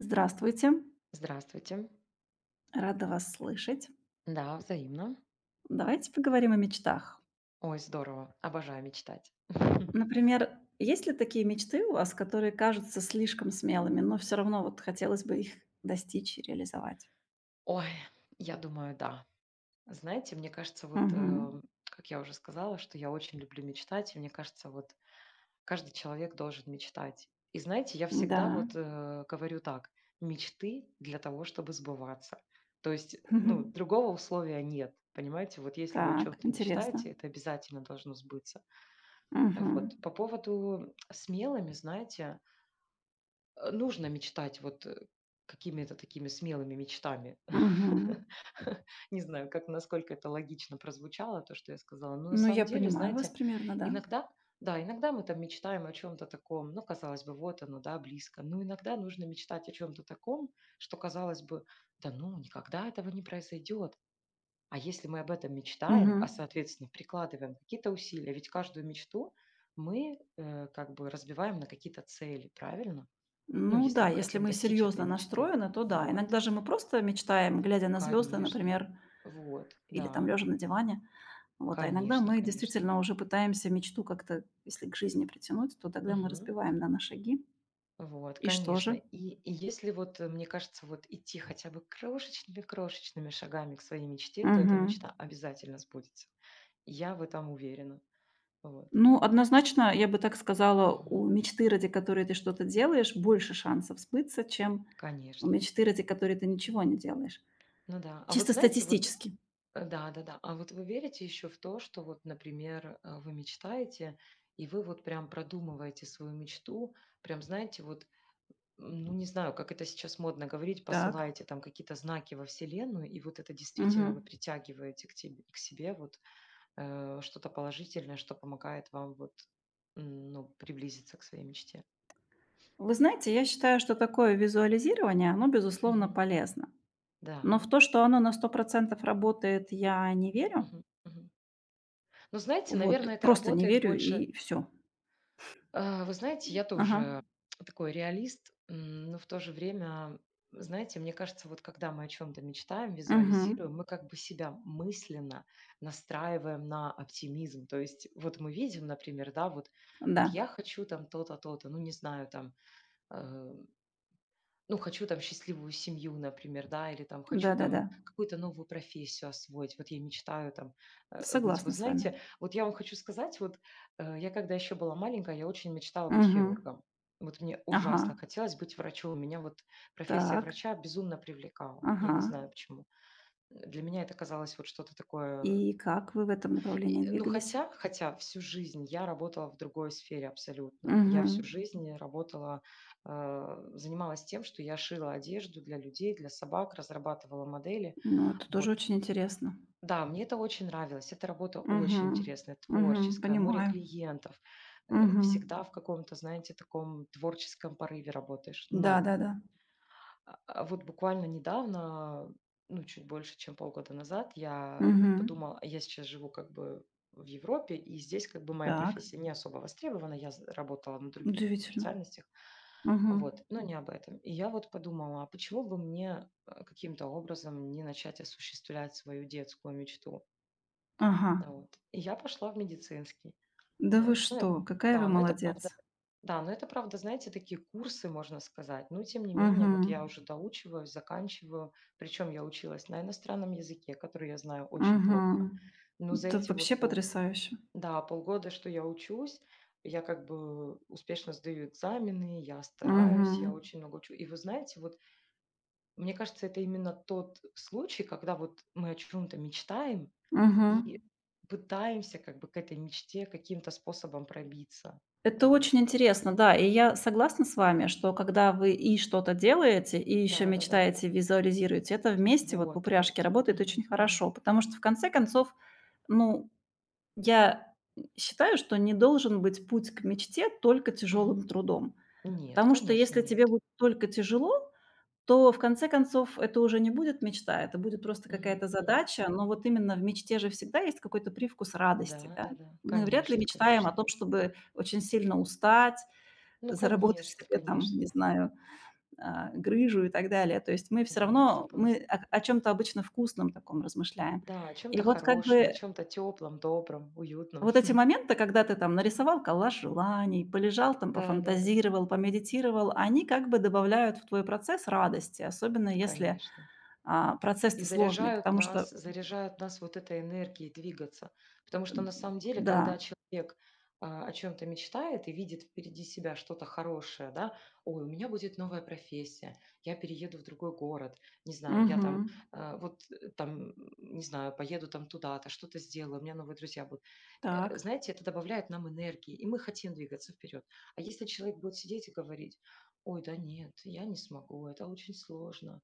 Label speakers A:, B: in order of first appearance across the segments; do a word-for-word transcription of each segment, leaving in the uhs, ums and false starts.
A: Здравствуйте,
B: Здравствуйте.
A: рада вас слышать.
B: Да, взаимно.
A: Давайте поговорим о мечтах.
B: Ой, здорово. Обожаю мечтать.
A: Например, есть ли такие мечты у вас, которые кажутся слишком смелыми, но все равно вот хотелось бы их достичь и реализовать?
B: Ой, я думаю, да. Знаете, мне кажется, вот, э,
A: Мгм.
B: как я уже сказала, что я очень люблю мечтать, и мне кажется, вот каждый человек должен мечтать. И знаете, я всегда
A: Да.
B: вот э, говорю так, мечты для того, чтобы сбываться. То есть, э, ну,
A: Мгм.
B: другого условия нет, понимаете? Вот если вы о
A: Так,
B: чем-то
A: интересно.
B: мечтаете, это обязательно должно сбыться.
A: Мгм.
B: Вот. По поводу смелыми, знаете, Э, нужно мечтать вот, э, какими-то такими смелыми мечтами.
A: Мгм.
B: Не знаю, как насколько это логично прозвучало, то, что я сказала. Но на
A: Ну, я
B: самом деле,
A: понимаю вас
B: знаете,
A: примерно, да.
B: иногда да, иногда мы там мечтаем о чем то таком, ну, казалось бы, вот оно, да, близко. Но иногда нужно мечтать о чем то таком, что, казалось бы, да ну, никогда этого не произойдет. А если мы об этом мечтаем, а,
A: Мгм.
B: соответственно, прикладываем какие-то усилия, ведь каждую мечту мы, э, как бы разбиваем на какие-то цели, правильно? Ну,
A: Ну
B: если
A: да,
B: мы
A: если
B: хотим
A: мы
B: достичь
A: серьезно
B: этой мечты.
A: настроены, то да.
B: Вот,
A: Иногда же мы просто мечтаем, глядя на звезды,
B: конечно.
A: например,
B: Вот,
A: или там
B: да,
A: лежа на диване. Вот, а иногда
B: конечно,
A: мы
B: конечно.
A: действительно уже пытаемся мечту как-то, если к жизни притянуть, то тогда мы
B: Мгм.
A: разбиваем да, на шаги.
B: Вот,
A: И что
B: конечно.
A: же?
B: И, и если вот, э, мне кажется, вот идти хотя бы крошечными-крошечными шагами к своей мечте, то эта
A: Мгм.
B: мечта обязательно сбудется. Я в этом уверена. Вот.
A: Ну, однозначно, я бы так сказала,
B: Мгм.
A: у мечты, ради которой ты что-то делаешь, больше шансов сбыться, чем у
B: Конечно.
A: мечты, ради которой ты ничего не делаешь.
B: Ну да. А вот
A: Чисто
B: знаете, вот,
A: статистически.
B: Э, да-да-да. А вот вы верите еще в то, что вот, например, э, вы мечтаете, и вы вот прям продумываете свою мечту, прям, знаете, вот, м, ну, не знаю, как это сейчас модно говорить,
A: Так.
B: посылаете там какие-то знаки во Вселенную, и вот это действительно вы
A: Мгм.
B: притягиваете к тебе к себе вот, э, что-то положительное, что помогает вам вот, м, ну, приблизиться к своей мечте.
A: Вы знаете, я считаю, что такое визуализирование, оно, безусловно,
B: Мгм.
A: полезно. Но в
B: Да.
A: то, что оно на сто процентов работает, я не верю.
B: Мгм, мгм. Но знаете,
A: Вот,
B: наверное, это
A: просто не
B: работает
A: верю
B: больше.
A: и все.
B: А, вы знаете, я
A: Ага.
B: тоже такой реалист, м, но в то же время, знаете, мне кажется, вот когда мы о чем-то мечтаем,
A: Мгм.
B: визуализируем, мы как бы себя мысленно настраиваем на оптимизм. То есть вот мы видим, например, да, вот,
A: Да.
B: вот я хочу там то-то, то-то, ну не знаю, там э, ну, хочу там счастливую семью, например, да, или там хочу
A: Да-да-да.
B: там какую-то новую профессию освоить. Вот я мечтаю там э, быть. Вы
A: Согласна с вами.
B: знаете, вот я вам хочу сказать, вот э, я когда еще была маленькая, я очень мечтала быть
A: Мгм.
B: хирургом. Вот мне
A: Ага.
B: ужасно хотелось быть врачом. Меня вот профессия
A: Так.
B: врача безумно привлекала. Я
A: Ага.
B: не знаю почему. Для меня это казалось вот что-то такое.
A: И как вы в этом
B: И,
A: направлении
B: ну,
A: двигались?
B: хотя хотя всю жизнь я работала в другой сфере абсолютно. Я
A: Мгм.
B: всю жизнь работала, э, занималась тем, что я шила одежду для людей, для собак, разрабатывала модели.
A: Ну, это
B: Вот.
A: тоже очень интересно.
B: Да, мне это очень нравилось. Эта работа очень
A: Мгм.
B: интересная,
A: Мгм.
B: творческая, море
A: Понимаю.
B: клиентов. Э,
A: Мгм.
B: всегда в каком-то, знаете, таком творческом порыве работаешь. Но
A: Да-да-да.
B: а а вот буквально недавно, ну, чуть больше, чем полгода назад, я
A: Мгм.
B: подумала, я сейчас живу как бы в Европе, и здесь как бы моя
A: Так.
B: профессия не особо востребована, я з- работала на других
A: Удивительно.
B: специальностях,
A: Мгм.
B: вот, но не об этом. И я вот подумала, а почему бы мне э, каким-то образом не начать осуществлять свою детскую мечту?
A: Ага.
B: Вот. И я пошла в медицинский.
A: Да вы
B: Вот. Ну, я
A: что? Какая вы
B: да, но это правда.
A: молодец.
B: Да, но это правда, знаете, такие курсы, можно сказать. Но тем не
A: Мгм.
B: менее, вот я уже доучиваюсь, заканчиваю. Причем я училась на иностранном языке, который я знаю очень плохо.
A: Мгм.
B: Но за
A: Это
B: эти
A: вообще
B: вот пол,
A: потрясающе.
B: да, полгода, что я учусь, я как бы успешно сдаю экзамены, я стараюсь, я
A: Мгм.
B: очень много учу. И вы знаете, вот мне кажется, это именно тот случай, когда вот мы о чем-то мечтаем,
A: Мгм.
B: и пытаемся как бы к этой мечте каким-то способом пробиться.
A: Это
B: Вот.
A: очень интересно, да. И я согласна с вами, что когда вы и что-то делаете, и еще
B: Да-да-да.
A: мечтаете, визуализируете, это вместе вот в
B: Вот,
A: упряжке
B: вот.
A: работает очень
B: Мгм, мгм,
A: хорошо. Потому что в конце концов, ну, я считаю, что не должен быть путь к мечте только
B: мгм.
A: тяжелым трудом.
B: Нет,
A: Потому что
B: конечно,
A: если тебе
B: нет.
A: будет только тяжело, то в конце концов это уже не будет мечта, это будет просто
B: Мгм,
A: какая-то
B: мгм.
A: задача. Но вот именно в мечте же всегда есть какой-то привкус радости, да.
B: Да-да-да.
A: Мы вряд ли
B: Конечно,
A: мечтаем о
B: конечно.
A: том, чтобы очень сильно устать,
B: Ну,
A: заработать
B: конечно,
A: себе там,
B: конечно.
A: не знаю, а, грыжу и так далее. То есть мы все
B: Да-да,
A: равно, мы
B: согласна.
A: о о чём-то обычно вкусном таком размышляем.
B: Да, о
A: И
B: чем-то
A: вот как
B: хорошем, о
A: бы
B: чем-то теплом, добром, уютном.
A: вот эти моменты, когда ты там нарисовал коллаж желаний, полежал там,
B: Да-да-да.
A: пофантазировал, помедитировал, они как бы добавляют в твой процесс радости, особенно если,
B: Конечно.
A: а,
B: И
A: процесс-то сложный,
B: заряжают
A: потому
B: нас
A: что
B: заряжают нас вот этой энергией двигаться. Потому что
A: д
B: на самом деле,
A: да,
B: когда человек, а, о чем то мечтает и видит впереди себя что-то хорошее, да: "Ой, у меня будет новая профессия, я перееду в другой город, не знаю, я там,
A: мгм,
B: э, вот, э, там, не знаю, поеду там туда-то, что-то сделаю, у меня новые друзья будут". Э,
A: так,
B: знаете, это добавляет нам энергии, и мы хотим двигаться вперед. А если человек будет сидеть и говорить: "Ой, да нет, я не смогу, это очень сложно,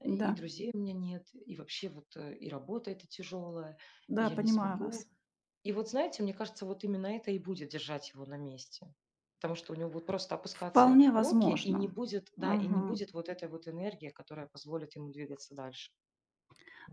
B: Э, и
A: да,
B: друзей у меня нет, и вообще вот, э, и работа эта тяжелая, и
A: да,
B: я не
A: понимаю
B: смогу.
A: вас.
B: И вот знаете, мне кажется, вот именно это и будет держать его на месте. Потому что у него будут просто опускаться
A: Вполне
B: руки, и не
A: возможно.
B: будет, да, и не
A: Мгм.
B: будет вот этой вот энергии, которая позволит ему двигаться дальше.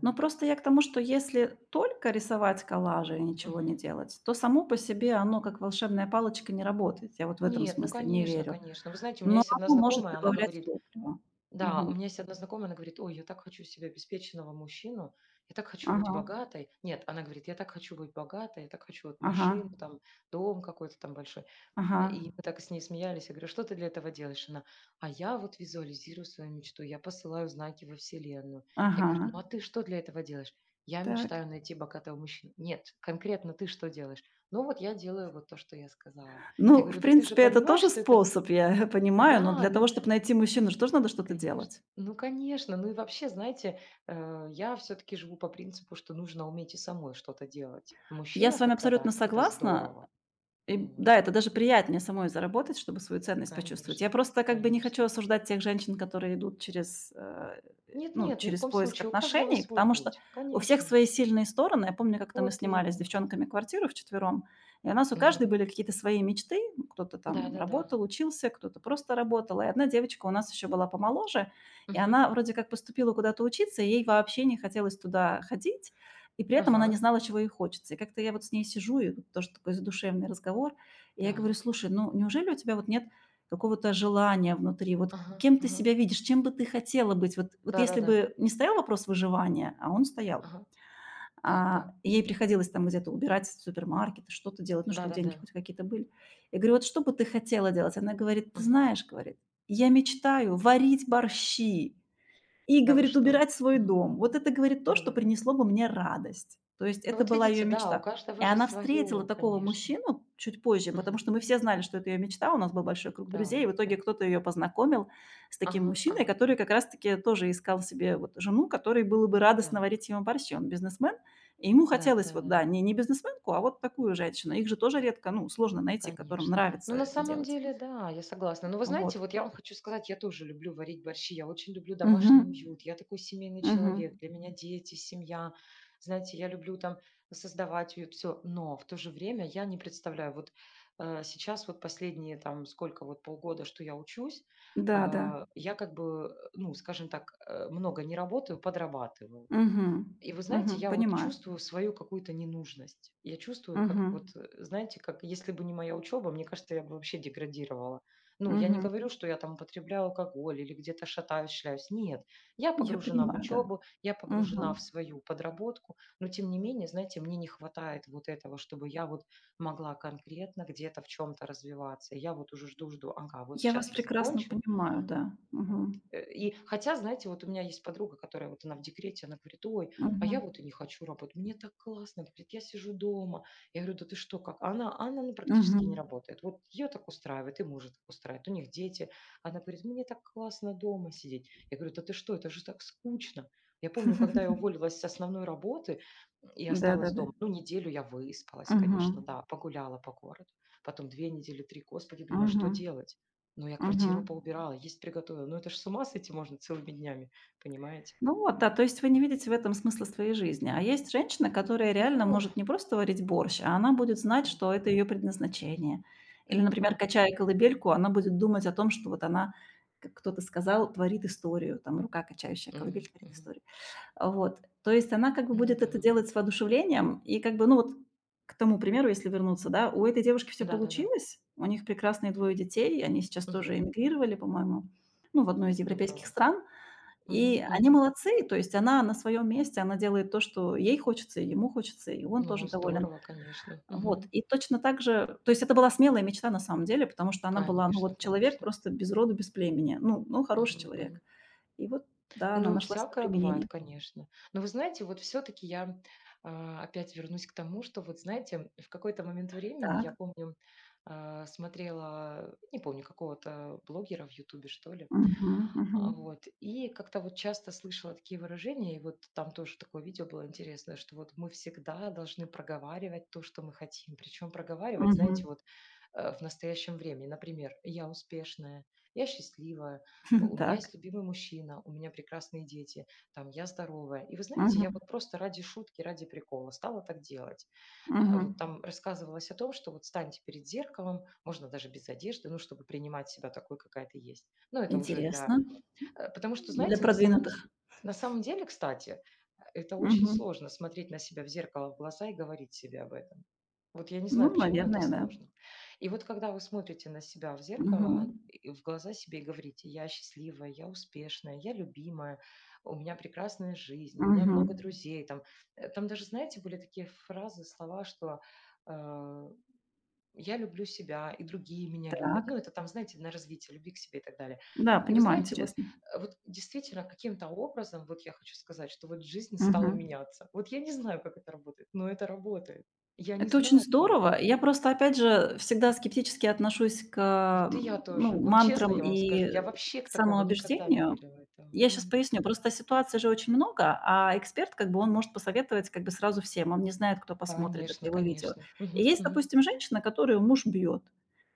A: Но просто я к тому, что если только рисовать коллажи и ничего не
B: Мгм.
A: делать, то само по себе оно, как волшебная палочка, не работает. Я вот в этом
B: Нет, ну
A: смысле не
B: конечно,
A: верю.
B: конечно. Вы знаете, у меня
A: Но
B: есть одна
A: оно может
B: знакомая, она
A: добавлять
B: говорит,
A: топливо.
B: да, у
A: Мгм.
B: меня есть одна знакомая, она говорит: "Ой, я так хочу себе обеспеченного мужчину, я так хочу быть
A: Ага,
B: богатой". Нет, она говорит: "Я так хочу быть богатой, я так хочу вот
A: ага,
B: машину, там, дом какой-то там большой".
A: ага,
B: И мы так с ней смеялись. Я говорю: "Что ты для этого делаешь?" Она: "А я вот визуализирую свою мечту, я посылаю знаки во Вселенную". Я говорю: "Ну,
A: ага.
B: а ты что для этого делаешь?" "Я
A: Так.
B: мечтаю найти богатого мужчину". "Нет, конкретно ты что делаешь?" "Ну, вот я делаю вот то, что я сказала". Я
A: Ну, в
B: говорю: "Ну, ты же
A: принципе, это
B: понимаешь,
A: тоже
B: что это".
A: способ, я понимаю, но
B: "Да,
A: для того,
B: ну.
A: чтобы найти мужчину, же тоже надо что-то
B: Конечно.
A: делать.
B: Ну, конечно. Ну и вообще, знаете, э, я все-таки живу по принципу, что нужно уметь и самой что-то делать.
A: Я
B: Мужчина
A: с вами
B: как-то
A: абсолютно
B: даст, это
A: согласна.
B: здорово.
A: И
B: Вот.
A: да, это даже приятнее самой заработать, чтобы свою ценность почувствовать. Я
B: Конечно,
A: просто как бы не хочу
B: конечно.
A: осуждать тех женщин, которые идут через, э
B: Нет,
A: ну,
B: нет, ни в
A: через
B: коем
A: поиск
B: случае. У каждого
A: отношений,
B: свой
A: потому что
B: путь.
A: у всех
B: Конечно.
A: свои сильные стороны. Я помню, как-то мы
B: Вот
A: снимали с
B: именно.
A: девчонками квартиру вчетвером, и у нас у каждой
B: Мгм.
A: были какие-то свои мечты. Кто-то
B: Да,
A: там
B: да, да.
A: работал, учился, кто-то просто работал. И одна девочка у нас еще была помоложе, и
B: Мгм.
A: она вроде как поступила куда-то учиться, и ей вообще не хотелось туда ходить, и при этом она не
B: Ага.
A: знала, чего ей хочется. И как-то я вот с ней сижу, и вот тоже такой задушевный разговор, и я говорю,
B: Так.
A: слушай, ну неужели у тебя вот нет какого-то желания внутри. Вот.
B: Ага,
A: Кем ты
B: ага.
A: себя видишь? Чем бы ты хотела быть? Вот вот
B: Да, да,
A: если
B: да.
A: бы не стоял вопрос выживания, а он стоял,
B: Ага. Так, так.
A: а, ей приходилось там где-то убирать супермаркеты, что-то делать, ну,
B: Да,
A: чтобы
B: да, да.
A: деньги хоть какие-то были. Я говорю: "Вот что бы ты хотела делать?" Она говорит: "Ты
B: Мгм.
A: знаешь, — говорит, — я мечтаю варить борщи". И,
B: Да вы
A: говорит,
B: что?
A: убирать свой
B: Мгм.
A: дом. Вот это, говорит, то,
B: Да,
A: что
B: да, да.
A: принесло бы мне радость. То есть
B: Ну
A: это
B: вот
A: была ее
B: видите, да, у
A: мечта. И
B: каждого же
A: она встретила
B: свое,
A: такого
B: конечно.
A: мужчину чуть позже, потому
B: Мгм.
A: что мы все знали, что это ее мечта, у нас был большой круг друзей, и в
B: Так,
A: итоге
B: так.
A: кто-то ее познакомил с таким
B: Ага,
A: мужчиной,
B: ага.
A: который как раз-таки тоже искал себе вот жену, которой было бы радостно
B: Так.
A: варить ему борщи. Он бизнесмен, и ему хотелось вот,
B: Да-да-да,
A: да, не не бизнесменку, а вот такую женщину. Их же тоже редко, ну, сложно найти, которым
B: конечно. Ну,
A: нравится
B: на
A: это
B: самом
A: делать.
B: деле, да, я согласна. Но вы знаете,
A: Вот.
B: вот я вам хочу сказать, я тоже люблю варить борщи, я очень люблю
A: Мгм.
B: домашний уют, я такой семейный
A: Мгм.
B: человек, для меня дети, семья. Знаете, я люблю там создавать уют, всё. Но в то же время я не представляю, вот, э, сейчас вот последние там сколько, вот полгода, что я учусь,
A: Да, да.
B: а, я как бы, э, ну, скажем так, э, много не работаю, подрабатываю.
A: Мгм.
B: И вы знаете,
A: Мгм.
B: я вот
A: Понимаю.
B: чувствую свою какую-то ненужность. Я чувствую, как
A: Мгм.
B: вот, э, знаете, как если бы не моя учеба, мне кажется, я бы вообще деградировала. Ну, я не
A: Мгм.
B: говорю, что я там употребляю алкоголь или где-то шатаюсь, шляюсь. Нет, я
A: Я
B: погружена в
A: понимаю, да.
B: учебу, я погружена в
A: Мгм.
B: свою подработку, но тем не менее, знаете, мне не хватает вот этого, чтобы я вот могла конкретно где-то в чем-то развиваться. И я вот уже жду-жду, ага, вот
A: Я вас
B: сейчас я
A: прекрасно
B: закончу,
A: понимаю, да.
B: вот.
A: Мгм.
B: Э, И хотя, знаете, вот у меня есть подруга, которая вот она в декрете, она говорит, ой, а
A: Мгм.
B: я вот и не хочу работать, мне так классно, говорит, я сижу дома. Я говорю, да ты что, как? А Она, а она ну,
A: Мгм.
B: практически не работает. Вот ее так устраивает, и мужа так устраивает, у них дети. Она говорит, мне так классно дома сидеть. Я говорю, да ты что, это же так скучно. Я помню, когда я уволилась с основной работы и осталась
A: Да-да-да.
B: дома, ну, неделю я выспалась,
A: Мгм.
B: конечно, да, погуляла по городу. Потом две недели, три, господи, думаю, а
A: Мгм.
B: что делать? Ну, я
A: Мгм.
B: квартиру поубирала, есть приготовила. Ну, это же с ума сойти можно целыми днями, понимаете?
A: Ну вот, да, то есть вы не
B: Вот.
A: видите в этом смысла своей жизни. А есть женщина, которая реально
B: Ну,
A: может не просто варить борщ, а она будет знать,
B: м,
A: что это ее предназначение. Или,
B: ну
A: например,
B: да.
A: качая колыбельку, она будет думать о том, что вот она, как кто-то сказал, творит историю. Там рука, качающая колыбель,
B: Мгм,
A: творит
B: мгм.
A: историю. Вот. То есть она как бы
B: Ну
A: будет
B: да.
A: это делать с воодушевлением. И как бы, ну вот к тому примеру, если вернуться, да, у этой девушки все
B: Да-да-да.
A: получилось. У них прекрасные двое детей. Они сейчас
B: Мгм.
A: тоже эмигрировали, по-моему, ну, в одну из европейских
B: Здорово.
A: стран.
B: Мгм,
A: И они
B: мгм.
A: молодцы. То есть она на своем месте, она делает то, что ей хочется, и ему хочется, и он тоже
B: Ну,
A: доволен.
B: здорово, конечно.
A: Вот.
B: Мгм.
A: И точно так же то есть это была смелая мечта на самом деле, потому что она была, ну,
B: Конечно,
A: вот человек
B: конечно.
A: просто без роду, без племени. Ну ну, хороший
B: Мгм, мгм.
A: человек. И вот, да, она
B: Ну,
A: нашла себе
B: всякое бывает,
A: применение.
B: конечно. Но вы знаете, вот все-таки я а, опять вернусь к тому, что вот знаете, в какой-то момент времени, я
A: Так.
B: помню, а, смотрела, не помню, какого-то блогера в Ютубе, что ли.
A: Мгм, мгм,
B: А, вот. И как-то вот часто слышала такие выражения, и вот там тоже такое видео было интересное, что вот мы всегда должны проговаривать то, что мы хотим. Причем проговаривать,
A: мгм.
B: знаете, вот э, в настоящем времени. Например, я успешная, я счастливая, у меня
A: Так.
B: есть любимый мужчина, у меня прекрасные дети, там, я здоровая. И вы знаете, я
A: Мгм,
B: вот просто ради шутки, ради прикола стала так делать. А,
A: мгм.
B: Вот там рассказывалось о том, что вот станьте перед зеркалом, можно даже без одежды, ну, чтобы принимать себя такой, какая ты есть. Но это уже
A: Интересно.
B: для. Э, потому что,
A: Для
B: знаете, на самом де
A: продвинутых.
B: на самом деле, кстати, это очень
A: Мгм.
B: сложно смотреть на себя в зеркало, в глаза и говорить себе об этом. Вот я не
A: Ну,
B: знаю почему, но это
A: наверное, да.
B: сложно. И вот когда вы смотрите на себя в
A: Мгм,
B: зеркало, и в глаза себе и говорите: "Я счастливая, я успешная, я любимая, у меня прекрасная жизнь, у меня много
A: мгм.
B: друзей". Там, э, там даже, знаете, были такие фразы, слова, что, э, я люблю себя, и другие меня любят.
A: Так.
B: Ну, это там, знаете, на развитие любви к себе и так далее.
A: Да,
B: И вы
A: понимаю,
B: знаете, вот
A: интересно.
B: э, вот действительно каким-то образом, вот я хочу сказать, что вот жизнь стала
A: Мгм.
B: меняться. Вот я не знаю, как это работает, но это работает. Я не
A: Это очень
B: знаю как.
A: здорово. Я просто, опять же, всегда скептически отношусь к,
B: Вот и я
A: м, ну,
B: тоже. Вот честно
A: мантрам
B: я вам
A: и
B: скажу, я вообще к такому никогда не
A: самоубеждению.
B: верила этому.
A: Я сейчас
B: Мгм.
A: поясню. Просто ситуаций же очень много, а эксперт, как бы, он может посоветовать, как бы, сразу всем. Он не знает, кто посмотрит это
B: Конечно,
A: его видео.
B: конечно.
A: И
B: Мгм,
A: есть,
B: мгм,
A: допустим, женщина, которую муж бьет.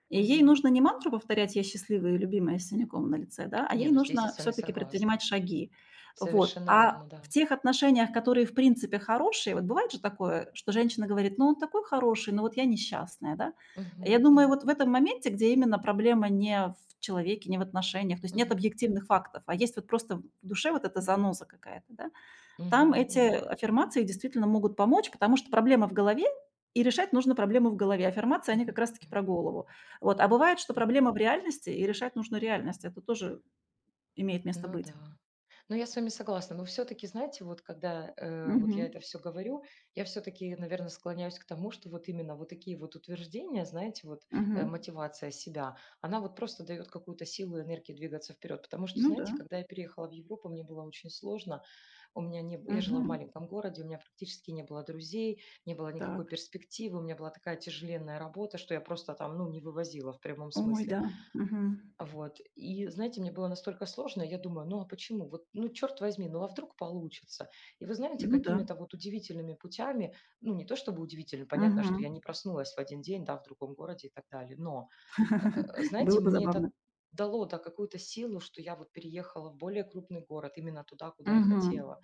A: И ей
B: мгм.
A: нужно не мантру повторять «я счастливая и любимая с синяком на лице», да, а
B: Не,
A: ей
B: ну здесь я
A: нужно
B: с вами
A: все-таки
B: согласна.
A: предпринимать шаги. Вот.
B: Совершенно
A: А
B: верно,
A: в
B: да.
A: тех отношениях, которые в принципе хорошие, вот бывает же такое, что женщина говорит: "Ну, он такой хороший, но вот я несчастная", да?
B: Мгм,
A: Я думаю,
B: мгм,
A: вот в этом моменте, где именно проблема не в человеке, не в отношениях, то есть нет
B: мгм, мгм,
A: объективных фактов, а есть вот просто в душе вот эта заноза какая-то, да, там
B: мгм,
A: эти
B: мгм,
A: аффирмации действительно могут помочь, потому что проблема в голове, и решать нужно проблему в голове. Аффирмации, они
B: мгм,
A: как раз таки
B: мгм.
A: про голову. Вот, а бывает, что проблема в реальности, и решать нужно реальность. Это тоже имеет место
B: Ну
A: быть.
B: да. Ну, я с вами согласна. Но все-таки, знаете, вот когда э, вот я
A: Мгм.
B: это все говорю, я все-таки, наверное, склоняюсь к тому, что вот именно вот такие вот утверждения, знаете, вот э,
A: Мгм.
B: мотивация себя, она вот просто дает какую-то силу и энергию двигаться вперед. Потому что,
A: Ну да.
B: знаете, когда я переехала в Европу, мне было очень сложно. У меня не, б- я жила в
A: Мгм.
B: маленьком городе, у меня практически не было друзей, не было никакой
A: Так.
B: перспективы, у меня была такая тяжеленная работа, что я просто там, ну, не вывозила в прямом
A: Ой,
B: смысле.
A: да. Мгм.
B: Вот. И, знаете, мне было настолько сложно, я думаю, ну а почему? Вот, ну, черт возьми, ну а вдруг получится? И вы знаете,
A: Ну да.
B: какими-то вот удивительными путями, ну не то чтобы удивительно, понятно,
A: Мгм.
B: что я не проснулась в один день, да, в другом городе и так далее, но, э, э, знаете,
A: Было бы
B: мне это
A: забавно.
B: дало, да, какую-то силу, что я вот переехала в более крупный город, именно туда, куда я
A: Мгм.
B: хотела.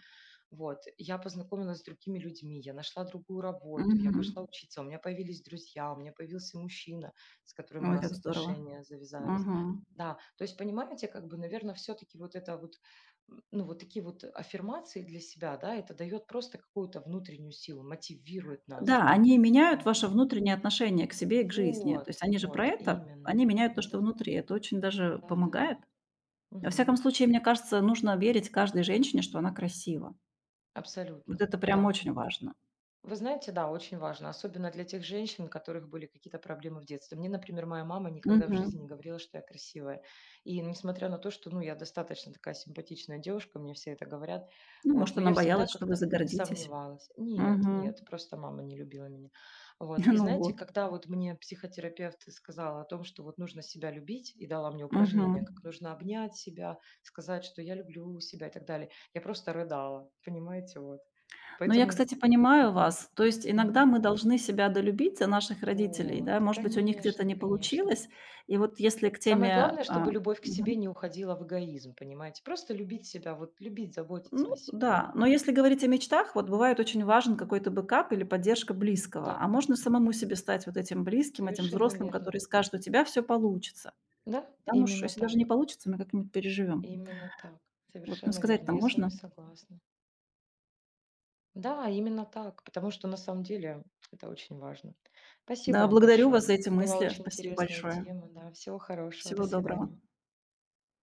B: Вот. Я познакомилась с другими людьми, я нашла другую работу, я пошла
A: Мгм.
B: учиться, у меня появились друзья, у меня появился мужчина, с которым у
A: Ой, как
B: нас
A: здорово.
B: отношения завязались.
A: Мгм.
B: Да, то есть, понимаете, как бы, наверное, все-таки вот это вот, м, ну, вот такие вот аффирмации для себя, да, это дает просто какую-то внутреннюю силу, мотивирует нас,
A: Да, они меняют
B: понимаете?
A: ваше внутреннее отношение к себе и к жизни. То
B: Вот,
A: есть они же
B: вот,
A: про это, они
B: именно.
A: меняют то, что
B: Да,
A: внутри. Это очень даже
B: да, да, да.
A: помогает. Во всяком
B: Мгм.
A: случае, мне кажется, нужно верить каждой женщине, что она красива. Вот
B: Абсолютно,
A: это прям
B: да.
A: очень важно.
B: Вы знаете, да, очень важно, особенно для тех женщин, у которых были какие-то проблемы в детстве. Мне, например, моя мама никогда в жизни
A: Мгм.
B: не говорила, что я красивая. И несмотря на то, что, ну, я достаточно такая симпатичная девушка, мне все это говорят,
A: Ну,
B: вот,
A: может,
B: но
A: она
B: я всегда
A: боялась, что вы
B: как-то
A: загордитесь.
B: сомневалась. Нет,
A: Мгм.
B: нет, просто мама не любила меня. Вот, и
A: Ну
B: знаете,
A: вот.
B: когда вот мне психотерапевт сказала о том, что вот нужно себя любить, и дала мне
A: Мгм.
B: упражнение, как нужно обнять себя, сказать, что я люблю себя и так далее, я просто рыдала, понимаете, вот.
A: Но я,
B: Поэтому
A: кстати, понимаю
B: вот.
A: вас. То есть иногда
B: Мгм.
A: мы должны себя долюбить за наших родителей, да.
B: Вот.
A: Может быть, у них где-то
B: Конечно,
A: не
B: конечно.
A: получилось. И вот если к
B: Самое
A: теме,
B: главное,
A: а,
B: чтобы любовь к себе
A: мгм.
B: не уходила в эгоизм, понимаете? Просто любить себя, вот любить, заботиться о
A: Ну
B: себе.
A: да, но если говорить о мечтах, вот бывает очень важен какой-то бэкап или поддержка близкого.
B: Да,
A: А
B: да,
A: можно
B: да.
A: самому себе стать вот этим близким, этим
B: Совершенно
A: взрослым, который
B: верно.
A: скажет: "У тебя все получится".
B: Да,
A: Там уж
B: именно
A: если даже не
B: так.
A: получится, мы как-нибудь переживем.
B: Именно так.
A: Вот, ну
B: Совершенно верно.
A: сказать-то
B: Я с вами
A: можно.
B: согласна. Да, именно так, потому что на самом деле это очень важно. Спасибо
A: Да,
B: вам
A: благодарю вас
B: большое.
A: за эти
B: Была
A: мысли.
B: очень
A: Спасибо
B: интересная
A: большое.
B: тема, да. Всего хорошего. До
A: Всего доброго.
B: свидания.